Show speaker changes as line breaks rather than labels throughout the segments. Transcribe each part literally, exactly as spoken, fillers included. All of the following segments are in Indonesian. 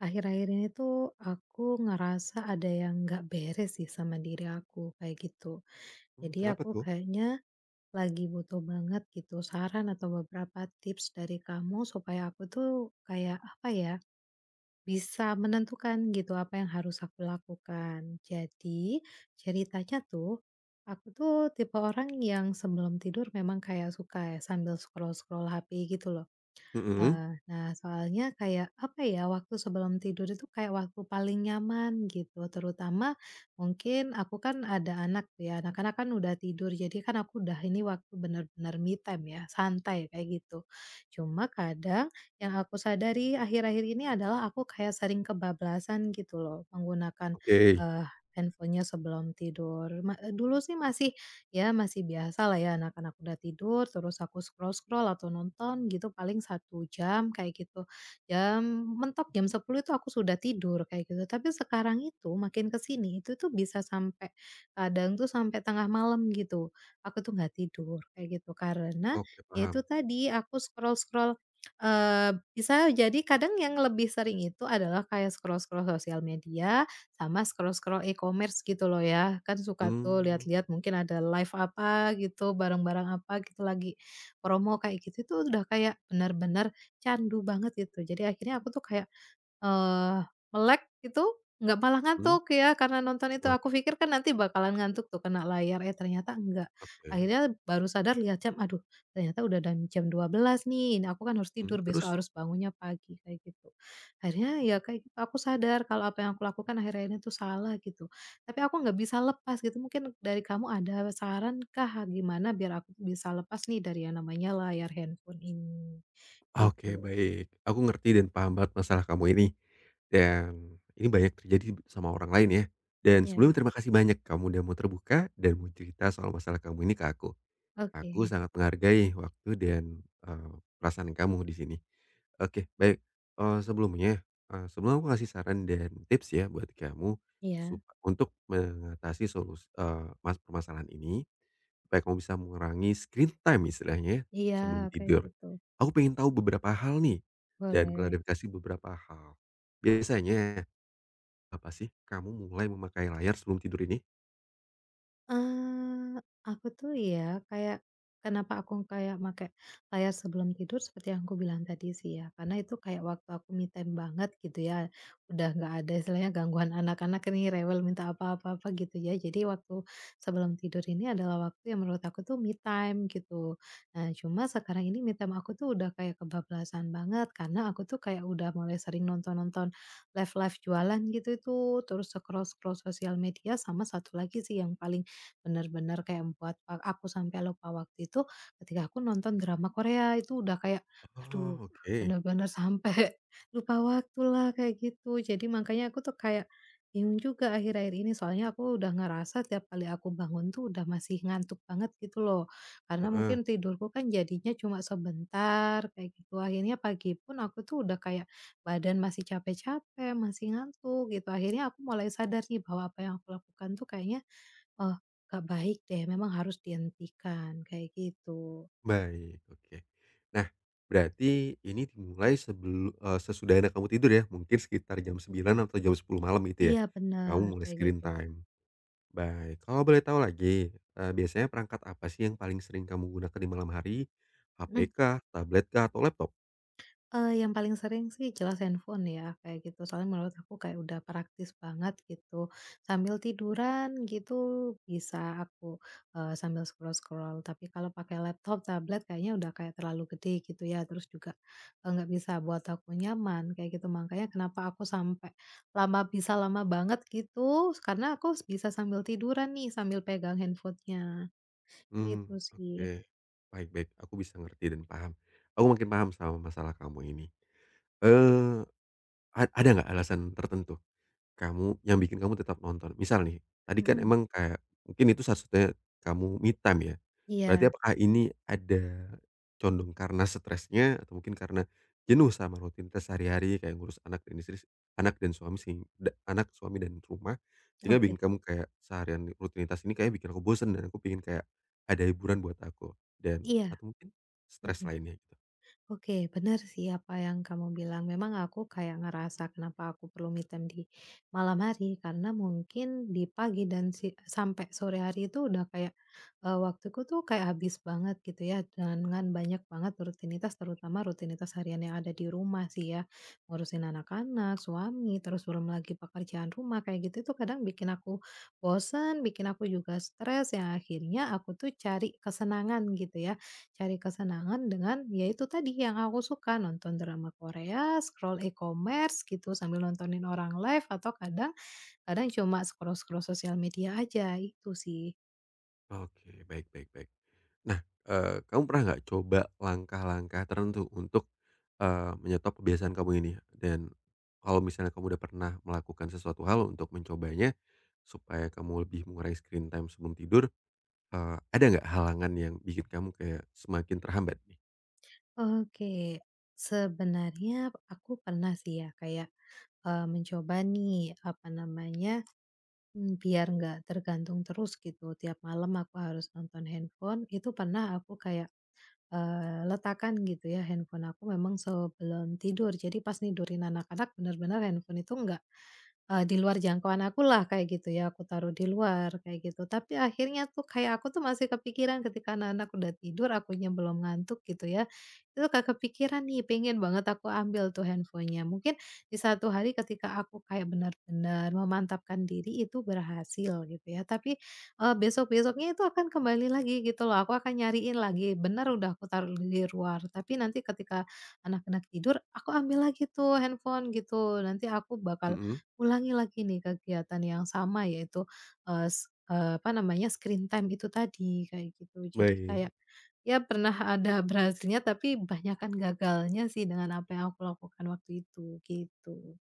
Akhir-akhir ini tuh aku ngerasa ada yang nggak beres sih sama diri aku kayak gitu.
Mmm,
Jadi
kenapa
aku
tuh?
kayaknya lagi butuh banget gitu saran atau beberapa tips dari kamu supaya aku tuh kayak apa ya bisa menentukan gitu apa yang harus aku lakukan. Jadi ceritanya tuh aku tuh tipe orang yang sebelum tidur memang kayak suka ya sambil scroll-scroll H P gitu loh.
Mhm,
Eee, nah soalnya kayak, apa ya, waktu sebelum tidur itu kayak waktu paling nyaman gitu, terutama mungkin aku kan ada anak tuh ya, anak-anak kan udah tidur, jadi kan aku udah ini waktu bener-bener me time ya, santai kayak gitu. Cuma kadang yang aku sadari akhir-akhir ini adalah aku kayak sering kebablasan gitu loh menggunakan,
oke.
eee, handphone sebelum tidur. Ma eh, dulu sih masih, ya masih biasa lah ya, anak-anak udah tidur terus aku scroll-scroll atau nonton gitu paling satu jam kayak gitu. Jam Mentok jam sepuluh itu aku sudah tidur kayak gitu. Tapi sekarang itu makin ke sini itu tuh bisa sampai kadang tuh sampai tengah malam gitu. Aku tuh nggak tidur kayak gitu karena
Oke,
ya
paham.
itu tadi aku scroll-scroll, eee, bisa jadi kadang yang lebih sering itu adalah kayak scroll-scroll sosial media sama scroll-scroll e-commerce gitu loh ya. Kan suka tuh
Mmm,
lihat-lihat mungkin ada live apa gitu, barang-barang apa gitu lagi promo kayak gitu, itu udah kayak benar-benar candu banget gitu. Jadi akhirnya aku tuh kayak, Eee, melek itu nggak malah
mhm.
ngantuk ya karena nonton itu, aku
Oke
pikir kan nanti bakalan ngantuk tuh kena layar, eh ternyata enggak.
oke.
Akhirnya baru sadar lihat jam, aduh ternyata udah dan jam dua belas nih, nah aku kan harus
Mhm,
tidur,
terus?
besok harus bangunnya pagi, kayak gitu. Akhirnya ya kayak gitu, aku sadar kalau apa yang aku lakukan akhirnya ini tuh salah gitu, tapi aku nggak bisa lepas gitu, mungkin dari kamu ada saran kah gimana biar aku bisa lepas nih dari yang namanya layar handphone ini?
Oke,
Gitu.
baik. Aku ngerti dan paham banget masalah kamu ini, dan ini banyak terjadi sama orang lain ya. Dan sebelumnya
Ya,
terima kasih banyak kamu udah mau terbuka dan mau cerita soal masalah kamu ini ke aku.
oke,
Aku sangat menghargai waktu dan, eee, perasaan kamu di sini. Oke, baik, eee, sebelumnya, eee, sebelum aku kasih saran dan tips ya buat kamu
iya.
sup untuk mengatasi solus eee, mas permasalahan ini, supaya kamu bisa mengurangi screen time istilahnya ya
Iya,
sebelum
kayak
tidur.
gitu,
Aku pengen tahu beberapa hal nih dan
boleh.
klarifikasi beberapa hal. Biasanya, apa sih kamu mulai memakai layar sebelum tidur ini?
Eee, aku tuh ya kayak, kenapa aku kayak make layar sebelum tidur seperti yang aku bilang tadi sih ya, karena itu kayak waktu aku me time banget gitu ya, udah nggak ada istilahnya gangguan anak-anak ini rewel minta apa apa apa gitu ya. Jadi waktu sebelum tidur ini adalah waktu yang menurut aku tuh me time gitu. Nah cuma sekarang ini me time aku tuh udah kayak kebablasan banget karena aku tuh kayak udah mulai sering nonton-nonton live-live jualan gitu itu, terus scroll-scroll sosial media sama satu lagi sih yang paling bener-bener kayak membuat a aku sampai lupa waktu itu, ketika aku nonton drama Korea, itu udah kayak,
Oh,
aduh,
oke,
bener-bener sampai lupa waktulah, kayak gitu. Jadi makanya aku tuh kayak bingung juga akhir-akhir ini, soalnya aku udah ngerasa tiap kali aku bangun tuh udah masih ngantuk banget gitu loh. Karena
heeh.
mungkin tidurku kan jadinya cuma sebentar, kayak gitu. Akhirnya pagi pun aku tuh udah kayak badan masih capek-capek, masih ngantuk gitu. Akhirnya aku mulai sadar nih bahwa apa yang aku lakukan tuh kayaknya, oh, gak baik deh, memang harus dihentikan, kayak gitu.
Baik, oke. Nah, berarti ini dimulai sebelum eee, sesudah anak kamu tidur ya, mungkin sekitar jam sembilan atau jam sepuluh malam gitu ya,
Iya
kamu
benar
mulai
kayak
screen
gitu.
time. Baik, kalau boleh tahu lagi, eee, biasanya perangkat apa sih yang paling sering kamu gunakan di malam hari?
Mhm.
H P kah, tablet kah, atau laptop?
Eee, yang paling sering sih jelas handphone ya, kayak gitu. Soalnya menurut aku kayak udah praktis banget gitu. Sambil tiduran gitu bisa aku, eee, sambil scroll-scroll, tapi kalau pakai laptop, tablet kayaknya udah kayak terlalu gede gitu ya, terus juga, eee, nggak bisa buat aku nyaman kayak gitu. Makanya kenapa aku sampai lama bisa lama banget gitu, karena aku bisa sambil tiduran nih, sambil pegang handphonenya nya
Mmm,
gitu
oke.
sih.
Baik baik, aku bisa ngerti dan paham. Aku makin paham sama masalah kamu ini. Eee, a Ada nggak alasan tertentu? Kamu yang bikin kamu tetap nonton. Misal nih, tadi kan
Mhm,
emang kayak mungkin itu satu-satunya kamu me time ya. Berarti
iya,
apakah ini ada condong karena stresnya atau mungkin karena jenuh sama rutinitas sehari-hari kayak ngurus anak dan istri anak dan suami sih, anak, suami, dan rumah, sehingga bikin
oke,
kamu kayak seharian rutinitas ini kayak bikin aku bosen dan aku pingin kayak ada hiburan buat aku dan
iya,
atau mungkin stres
mhm.
lainnya gitu?
Oke, benar sih apa yang kamu bilang. Memang aku kayak ngerasa kenapa aku perlu me time di malam hari karena mungkin di pagi dan si- sampai sore hari itu udah kayak eh, waktuku tuh kayak habis banget gitu ya dengan banyak banget rutinitas terutama rutinitas harian yang ada di rumah sih ya. Ngurusin anak-anak, suami, terus belum lagi pekerjaan rumah kayak gitu itu kadang bikin aku bosen, bikin aku juga stres yang akhirnya aku tuh cari kesenangan gitu ya. Cari kesenangan dengan ya itu tadi yang aku suka, nonton drama Korea, scroll e-commerce gitu sambil nontonin orang live atau kadang kadang cuma scroll-scroll sosial media aja, itu sih.
Oke, baik baik baik. Nah, eee, kamu pernah nggak coba langkah-langkah tertentu untuk, eee, menyetop kebiasaan kamu ini? Dan kalau misalnya kamu udah pernah melakukan sesuatu hal untuk mencobanya, supaya kamu lebih mengurangi screen time sebelum tidur, eee, ada nggak halangan yang bikin kamu kayak semakin terhambat nih?
Oke, sebenarnya aku pernah sih ya kayak, eee, mencoba nih, apa namanya, mmm, biar nggak tergantung terus gitu tiap malam aku harus nonton handphone, itu pernah aku kayak eee, letakkan gitu ya handphone aku memang sebelum tidur. Jadi pas nidurin anak-anak benar-benar handphone itu nggak, Eee, di luar jangkauan aku lah kayak gitu ya, aku taruh di luar kayak gitu. Tapi akhirnya tuh kayak aku tuh masih kepikiran ketika anak-anak udah tidur, akunya belum ngantuk gitu ya. Itu kayak kepikiran nih, pengen banget aku ambil tuh handphonenya. Mungkin di satu hari ketika aku kayak benar-benar memantapkan diri itu berhasil gitu ya. Tapi, eee, besok-besoknya itu akan kembali lagi gitu loh, aku akan nyariin lagi, benar udah aku taruh di luar, tapi nanti ketika anak-anak tidur, aku ambil lagi tuh handphone gitu. Nanti aku bakal
Mhm,
ulangi lagi nih kegiatan yang sama yaitu, eee, s eee, apa namanya, screen time itu tadi, kayak gitu. Jadi
baik.
kayak, ya pernah ada berhasilnya tapi banyakan gagalnya sih dengan apa yang aku lakukan waktu itu, gitu.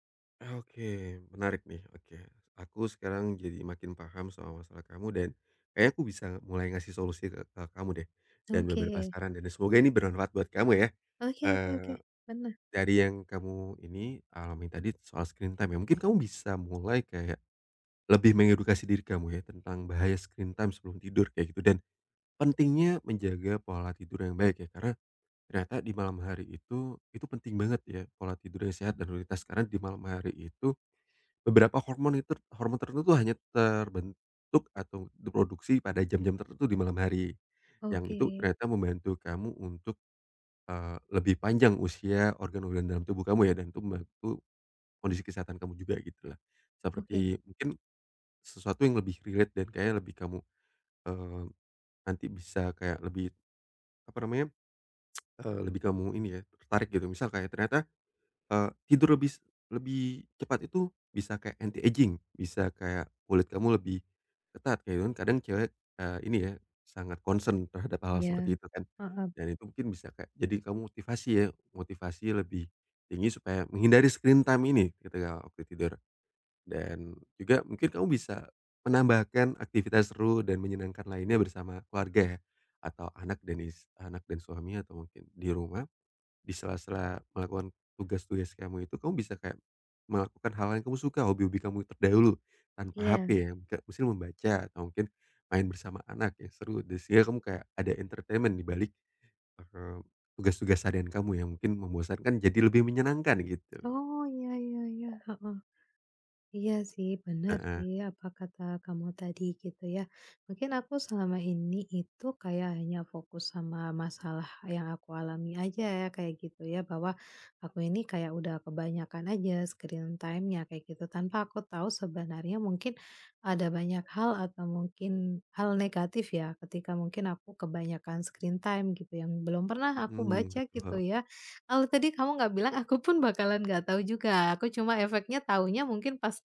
Oke, menarik nih, oke. Aku sekarang jadi makin paham soal masalah kamu dan kayaknya aku bisa mulai ngasih solusi ke ke kamu deh, dan beberapa
Oke.
saran dan semoga ini bermanfaat buat kamu ya,
Oke oke oke.
eee
Benar.
Dari yang kamu ini alami tadi soal screen time ya, mungkin kamu bisa mulai kayak lebih mengedukasi diri kamu ya tentang bahaya screen time sebelum tidur kayak gitu dan pentingnya menjaga pola tidur yang baik ya. Karena ternyata di malam hari itu, itu penting banget ya pola tidur yang sehat dan rutinitas karena di malam hari itu beberapa hormon itu hormon tertentu hanya terbentuk atau diproduksi pada jam-jam tertentu di malam hari. Yang
Oke.
itu ternyata membantu kamu untuk, eee, lebih panjang usia organ-organ dalam tubuh kamu ya dan itu membantu kondisi kesehatan kamu juga gitulah.
Oke.
Seperti mungkin sesuatu yang lebih relate dan kayaknya lebih kamu, eee, nanti bisa kayak lebih apa namanya, eee, lebih kamu ini ya tertarik gitu. Misal kayak ternyata, eee, tidur lebih lebih cepat itu bisa kayak anti aging, bisa kayak kulit kamu lebih ketat kayak gitu kan kadang cewek, eee, ini ya sangat concern terhadap hal-hal seperti
Iya.
itu kan.
Heeh.
Dan itu mungkin bisa kayak jadi kamu motivasi ya, motivasi lebih tinggi supaya menghindari screen time ini ketika waktu tidur. Dan juga mungkin kamu bisa menambahkan aktivitas seru dan menyenangkan lainnya bersama keluarga ya, atau anak dan is anak dan suami atau mungkin di rumah, di sela-sela melakukan tugas-tugas kamu itu, kamu bisa kayak melakukan hal yang kamu suka, hobi-hobi kamu terdahulu tanpa H P
Iya.
ya, mungkin mungkin membaca atau mungkin main bersama anak yang seru dan sehingga kamu kayak ada entertainment di balik, eee, tugas-tugas harian kamu yang mungkin membosankan jadi lebih menyenangkan gitu.
Oh, iya iya iya. Heeh. Iya sih, benar
Heeh,
sih apa kata kamu tadi gitu ya. Mungkin aku selama ini itu kayak hanya fokus sama masalah yang aku alami aja ya kayak gitu ya bahwa aku ini kayak udah kebanyakan aja screen time-nya kayak gitu tanpa aku tahu sebenarnya mungkin ada banyak hal atau mungkin hal negatif ya ketika mungkin aku kebanyakan screen time gitu yang belum pernah aku
mhm,
baca
betul,
gitu ya. Kalau tadi kamu nggak bilang, aku pun bakalan nggak tahu juga. Aku cuma efeknya taunya mungkin pas,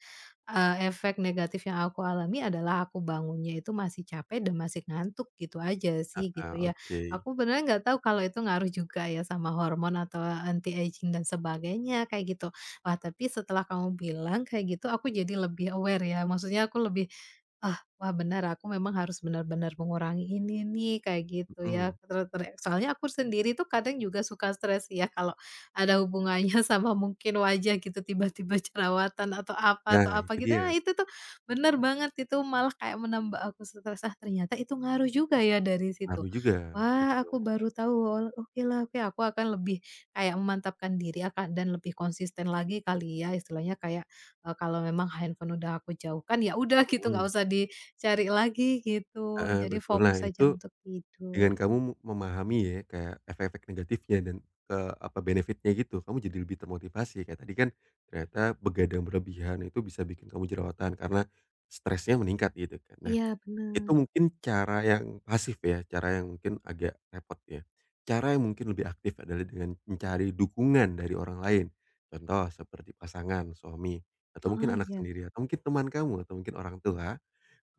Eee, efek negatif yang aku alami adalah aku bangunnya itu masih capek dan masih ngantuk gitu aja sih
heeh,
gitu ya.
oke.
Aku beneran nggak tahu kalau itu ngaruh juga ya sama hormon atau anti aging dan sebagainya kayak gitu. Wah tapi setelah kamu bilang kayak gitu aku jadi lebih aware ya maksudnya aku lebih, ah, wah benar aku memang harus benar-benar mengurangi ini nih kayak gitu ya
Mhm.
ter ter soalnya aku sendiri tuh kadang juga suka stres ya kalau ada hubungannya sama mungkin wajah gitu tiba-tiba jerawatan atau apa atau
Nah,
apa
itu
gitu,
dia,
ah, itu tuh benar banget itu malah kayak menambah aku stres, ah, ternyata itu ngaruh juga ya dari situ.
ngaruh juga,
Wah
betul.
aku baru tahu, oh oke lah oke aku akan lebih kayak memantapkan diri akan dan lebih konsisten lagi kali ya istilahnya kayak, Eee, kalau memang handphone udah aku jauhkan, ya udah gitu, nggak
Mhm,
usah dicari lagi gitu.
heeh,
Jadi
betul. Nah,
fokus aja
itu
untuk tidur.
dengan kamu memahami ya, kayak efek-efek negatifnya dan, eee, apa, benefit-nya gitu, kamu jadi lebih termotivasi. Kayak tadi kan ternyata begadang berlebihan itu bisa bikin kamu jerawatan karena stresnya meningkat gitu kan. Nah
Iya
Itu
benar.
mungkin cara yang pasif ya, cara yang mungkin agak repot ya. Cara yang mungkin lebih aktif adalah dengan mencari dukungan dari orang lain. Contoh seperti pasangan, suami, atau mungkin
Ah
anak
iya,
sendiri, atau mungkin teman kamu, atau mungkin orang tua.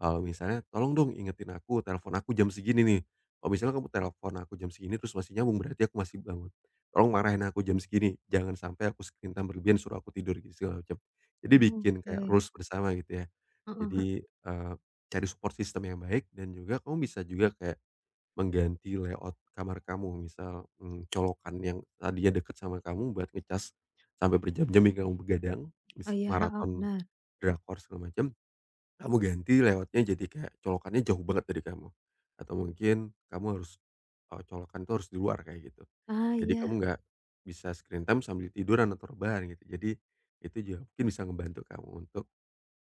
Kalau misalnya, "Tolong dong ingetin aku, telepon aku jam segini nih." Kalau misalnya kamu telepon aku jam segini terus masih nyambung, berarti aku masih bangun. "Tolong marahin aku jam segini, jangan sampai aku screen time berlebihan, suruh aku tidur," gitu segala macam. Jadi
oh,
bikin kayak
oke.
rules bersama gitu ya.
Heeh heeh.
Jadi, eee, cari support system yang baik dan juga kamu bisa juga kayak mengganti layout kamar kamu. Misal, mmm, colokan yang tadinya deket sama kamu buat ngecas sampai berjam-jam hingga kamu begadang,
Oh
mis
iya, heeh,
maraton
benar.
drakor segala macam, kamu ganti layoutnya jadi kayak colokannya jauh banget dari kamu. Atau mungkin kamu harus, eee, colokan itu harus di luar kayak gitu.
Ah,
Jadi kamu
iya.
nggak bisa screen time sambil tiduran atau rebahan gitu. Jadi itu juga mungkin bisa ngebantu kamu untuk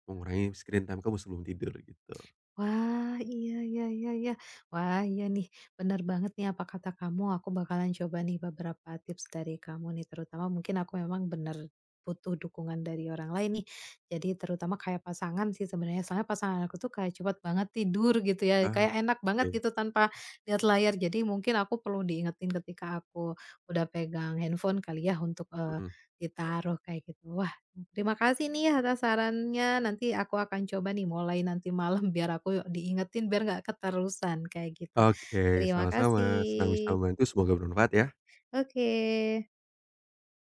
mengurangi screen time kamu sebelum tidur gitu.
Wah, iya iya iya iya. Wah, iya nih, bener banget nih apa kata kamu, aku bakalan coba nih beberapa tips dari kamu nih, terutama mungkin aku memang bener butuh dukungan dari orang lain nih. Jadi terutama kayak pasangan sih sebenarnya, soalnya pasangan aku tuh kayak cepat banget tidur gitu ya, kayak enak banget
Oke,
gitu tanpa lihat layar. Jadi mungkin aku perlu diingetin ketika aku udah pegang handphone kali ya untuk, eee,
mhm.
ditaruh kayak gitu. Wah terima kasih nih atas sarannya, nanti aku akan coba nih mulai nanti malam biar aku diingetin biar nggak keterusan kayak gitu.
Oke,
Terima
sama-sama, senang bisa
kasih.
membantu, semoga bermanfaat ya.
Oke.